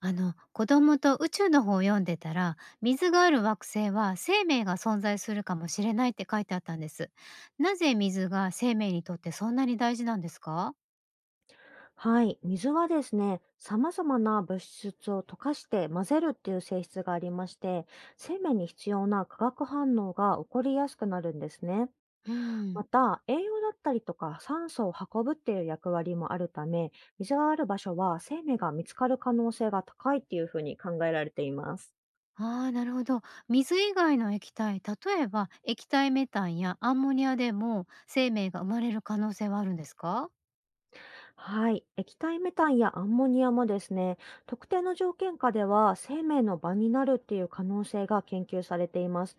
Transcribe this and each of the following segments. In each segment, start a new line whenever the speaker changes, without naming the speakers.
あの子供と宇宙の方を読んでたら、水がある惑星は生命が存在するかもしれないって書いてあったんです。なぜ水が生命にとってそんなに大事なんですか？
はい。水はですね、様々な物質を溶かして混ぜるっていう性質がありまして、生命に必要な化学反応が起こりやすくなるんですね。
う
ま
ん。
た、栄養だったりとか酸素を運ぶっていう役割もあるため、水がある場所は生命が見つかる可能性が高いっていうふうに考えられています。
ああ、なるほど。水以外の液体、例えば液体メタンやアンモニアでも生命が生まれる可能性はあるんですか？
はい。液体メタンやアンモニアもですね、特定の条件下では生命の場になるっていう可能性が研究されています。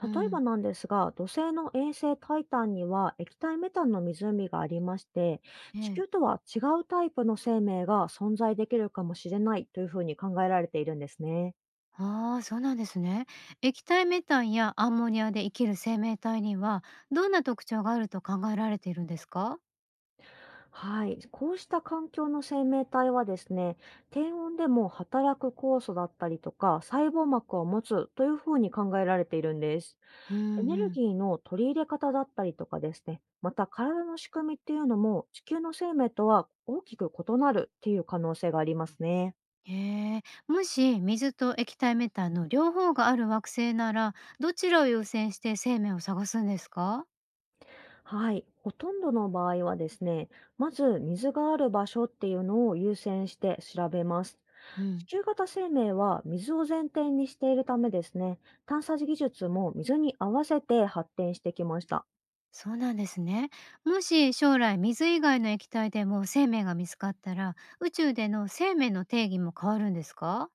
う
例えば
ん。
なんですが、土星の衛星タイタンには液体メタンの湖がありまして、地
え
球
え。
とは違うタイプの生命が存在できるかもしれないというふうに考えられているんですね。
ああ、そうなんですね。液体メタンやアンモニアで生きる生命体にはどんな特徴があると考えられているんですか？
はい。こうした環境の生命体はですね、低温でも働く酵素だったりとか、細胞膜を持つというふうに考えられているんです。
う
エ
ん
ネ
う
ル
ん。
ギーの取り入れ方だったりとかですね、また体の仕組みっていうのも地球の生命とは大きく異なるっていう可能性がありますね。
へえ。もし水と液体メタンの両方がある惑星なら、どちらを優先して生命を探すんですか？
はい。ほとんどの場合はですね、まず水がある場所っていうのを優先して調べます。
う
地
ん、
球型生命は水を前提にしているためですね、探査技術も水に合わせて発展してきました。
そうなんですね。もし将来水以外の液体でも生命が見つかったら、宇宙での生命の定義も変わるんですか？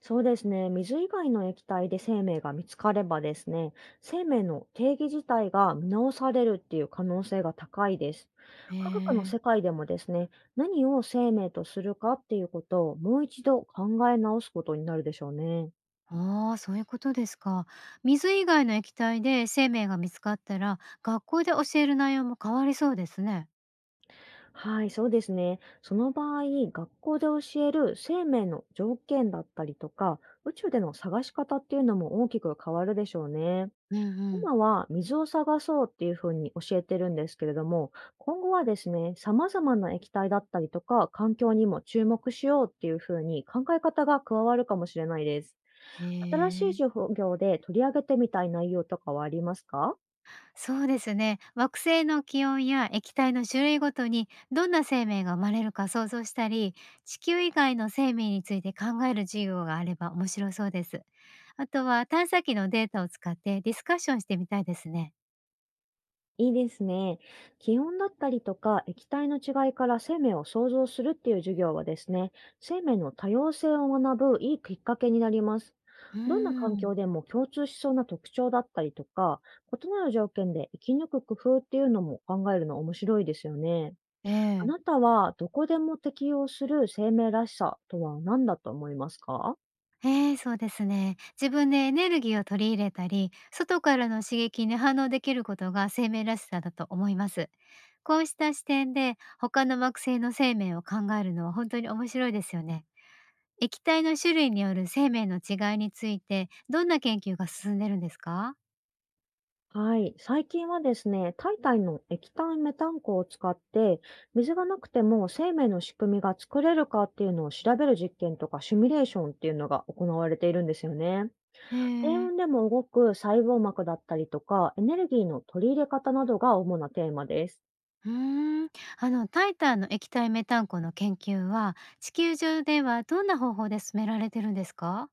そうですね。水以外の液体で生命が見つかればですね、生命の定義自体が見直されるっていう可能性が高いです。
へ
科学の
え。
世界でもですね、何を生命とするかっていうことをもう一度考え直すことになるでしょうね。
ああ、そういうことですか。水以外の液体で生命が見つかったら、学校で教える内容も変わりそうですね。
はい、そうですね。その場合、学校で教える生命の条件だったりとか、宇宙での探し方っていうのも大きく変わるでしょうね。
うんうん。
今は水を探そうっていうふうに教えてるんですけれども、今後はですね、様々な液体だったりとか、環境にも注目しようっていうふうに考え方が加わるかもしれないです。
へ
新しい
え。
授業で取り上げてみたい内容とかはありますか？
そうですね。惑星の気温や液体の種類ごとにどんな生命が生まれるか想像したり、地球以外の生命について考える授業があれば面白そうです。あとは探査機のデータを使ってディスカッションしてみたいですね。
いいですね。気温だったりとか液体の違いから生命を想像するっていう授業はですね、生命の多様性を学ぶいいきっかけになります。
うー
どんな環
ん。
境でも共通しそうな特徴だったりとか、異なる条件で生き抜く工夫っていうのも考えるの面白いですよね。
え
あ
え。
なたはどこでも適用する生命らしさとは何だと思いますか？
ええ、そうですね。自分でエネルギーを取り入れたり、外からの刺激に反応できることが生命らしさだと思います。こうした視点で他の惑星の生命を考えるのは本当に面白いですよね。液体の種類による生命の違いについてどんな研究が進んでるんですか？
はい。最近はですね、体の液体メタン鉱を使って、水がなくても生命の仕組みが作れるかっていうのを調べる実験とかシミュレーションっていうのが行われているんですよね。
へ
低
え。
温でも動く細胞膜だったりとか、エネルギーの取り入れ方などが主なテーマです。
うーん。タイタンの液体メタン湖の研究は地球上ではどんな方法で進められてるんですか？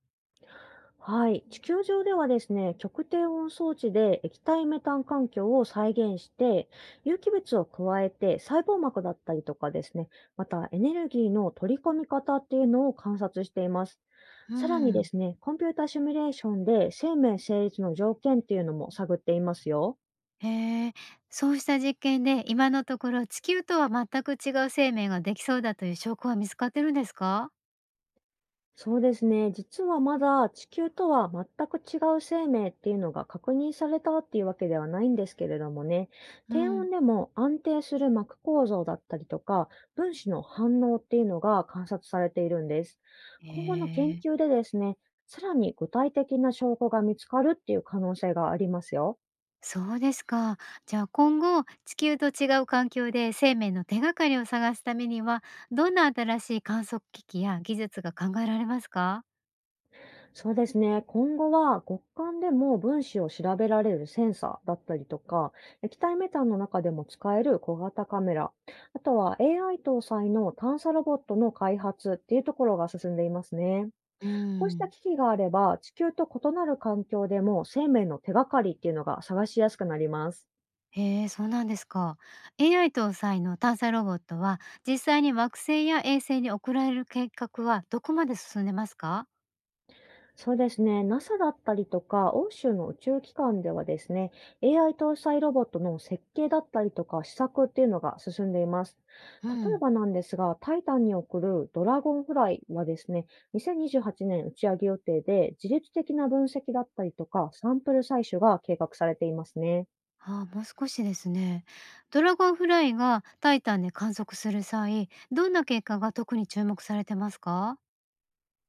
はい。地球上ではですね、極低温装置で液体メタン環境を再現して、有機物を加えて細胞膜だったりとかですね、またエネルギーの取り込み方っていうのを観察しています。
う
さらにで
ん。
すね、コンピュータシミュレーションで生命成立の条件っていうのも探っていますよ。
へえ。そうした実験で今のところ地球とは全く違う生命ができそうだという証拠は見つかってるんですか？
そうですね。実はまだ地球とは全く違う生命っていうのが確認されたっていうわけではないんですけれどもね、
う
低
ん。
温でも安定する膜構造だったりとか、分子の反応っていうのが観察されているんです。
へ
今後の研
え。
究でですね、さらに具体的な証拠が見つかるっていう可能性がありますよ。
そうですか。じゃあ今後、地球と違う環境で生命の手がかりを探すためには、どんな新しい観測機器や技術が考えられますか？
そうですね。今後は、極寒でも分子を調べられるセンサーだったりとか、液体メタンの中でも使える小型カメラ、あとは AI 搭載の探査ロボットの開発っていうところが進んでいますね。
うー
こうした
ん。
機器があれば、地球と異なる環境でも生命の手がかりっていうのが探しやすくなります。
へえ、そうなんですか。AI 搭載の探査ロボットは、実際に惑星や衛星に送られる計画はどこまで進んでますか？
そうですね。NASA だったりとか、欧州の宇宙機関ではですね、AI 搭載ロボットの設計だったりとか、試作っていうのが進んでいます。
う
例え
ん。
ばなんですが、タイタンに送るドラゴンフライはですね、2028年打ち上げ予定で、自律的な分析だったりとか、サンプル採取が計画されていますね。
ああ、もう少しですね。ドラゴンフライがタイタンで観測する際、どんな結果が特に注目されてますか？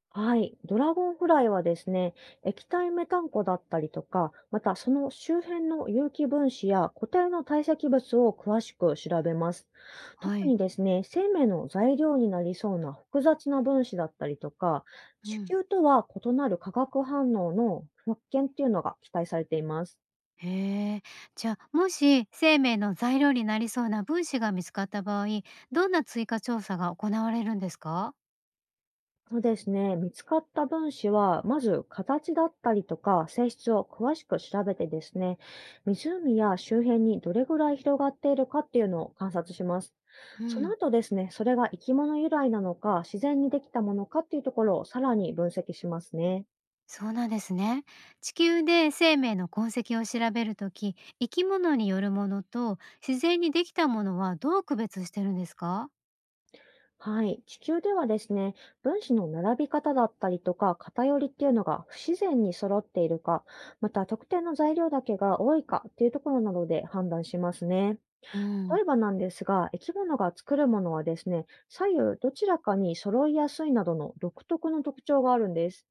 はい。ドラゴンフライはですね、液体メタン湖だったりとか、またその周辺の有機分子や固体の堆積物を詳しく調べます。
は
特
い。
にですね、生命の材料になりそうな複雑な分子だったりとか、
う
地
ん。
球とは異なる化学反応の発見っていうのが期待されています。
へえ。じゃあ、もし生命の材料になりそうな分子が見つかった場合、どんな追加調査が行われるんですか？
そうですね。見つかった分子は、まず形だったりとか性質を詳しく調べてですね、湖や周辺にどれぐらい広がっているかっていうのを観察します。
う
その
ん、
後ですね、それが生き物由来なのか、自然にできたものかっていうところをさらに分析しますね。
そうなんですね。地球で生命の痕跡を調べるとき、生き物によるものと自然にできたものはどう区別してるんですか？
はい。地球ではですね、分子の並び方だったりとか、偏りっていうのが不自然に揃っているか、また特定の材料だけが多いかっていうところなどで判断しますね。
う
例
ん、
えばなんですが、生き物が作るものはですね、左右どちらかに揃いやすいなどの独特の特徴があるんです。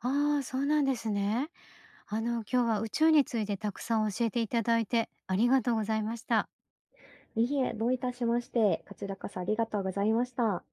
ああ、そうなんですね。今日は宇宙についてたくさん教えていただいてありがとうございました。
いいえ、どういたしまして、こちらこそありがとうございました。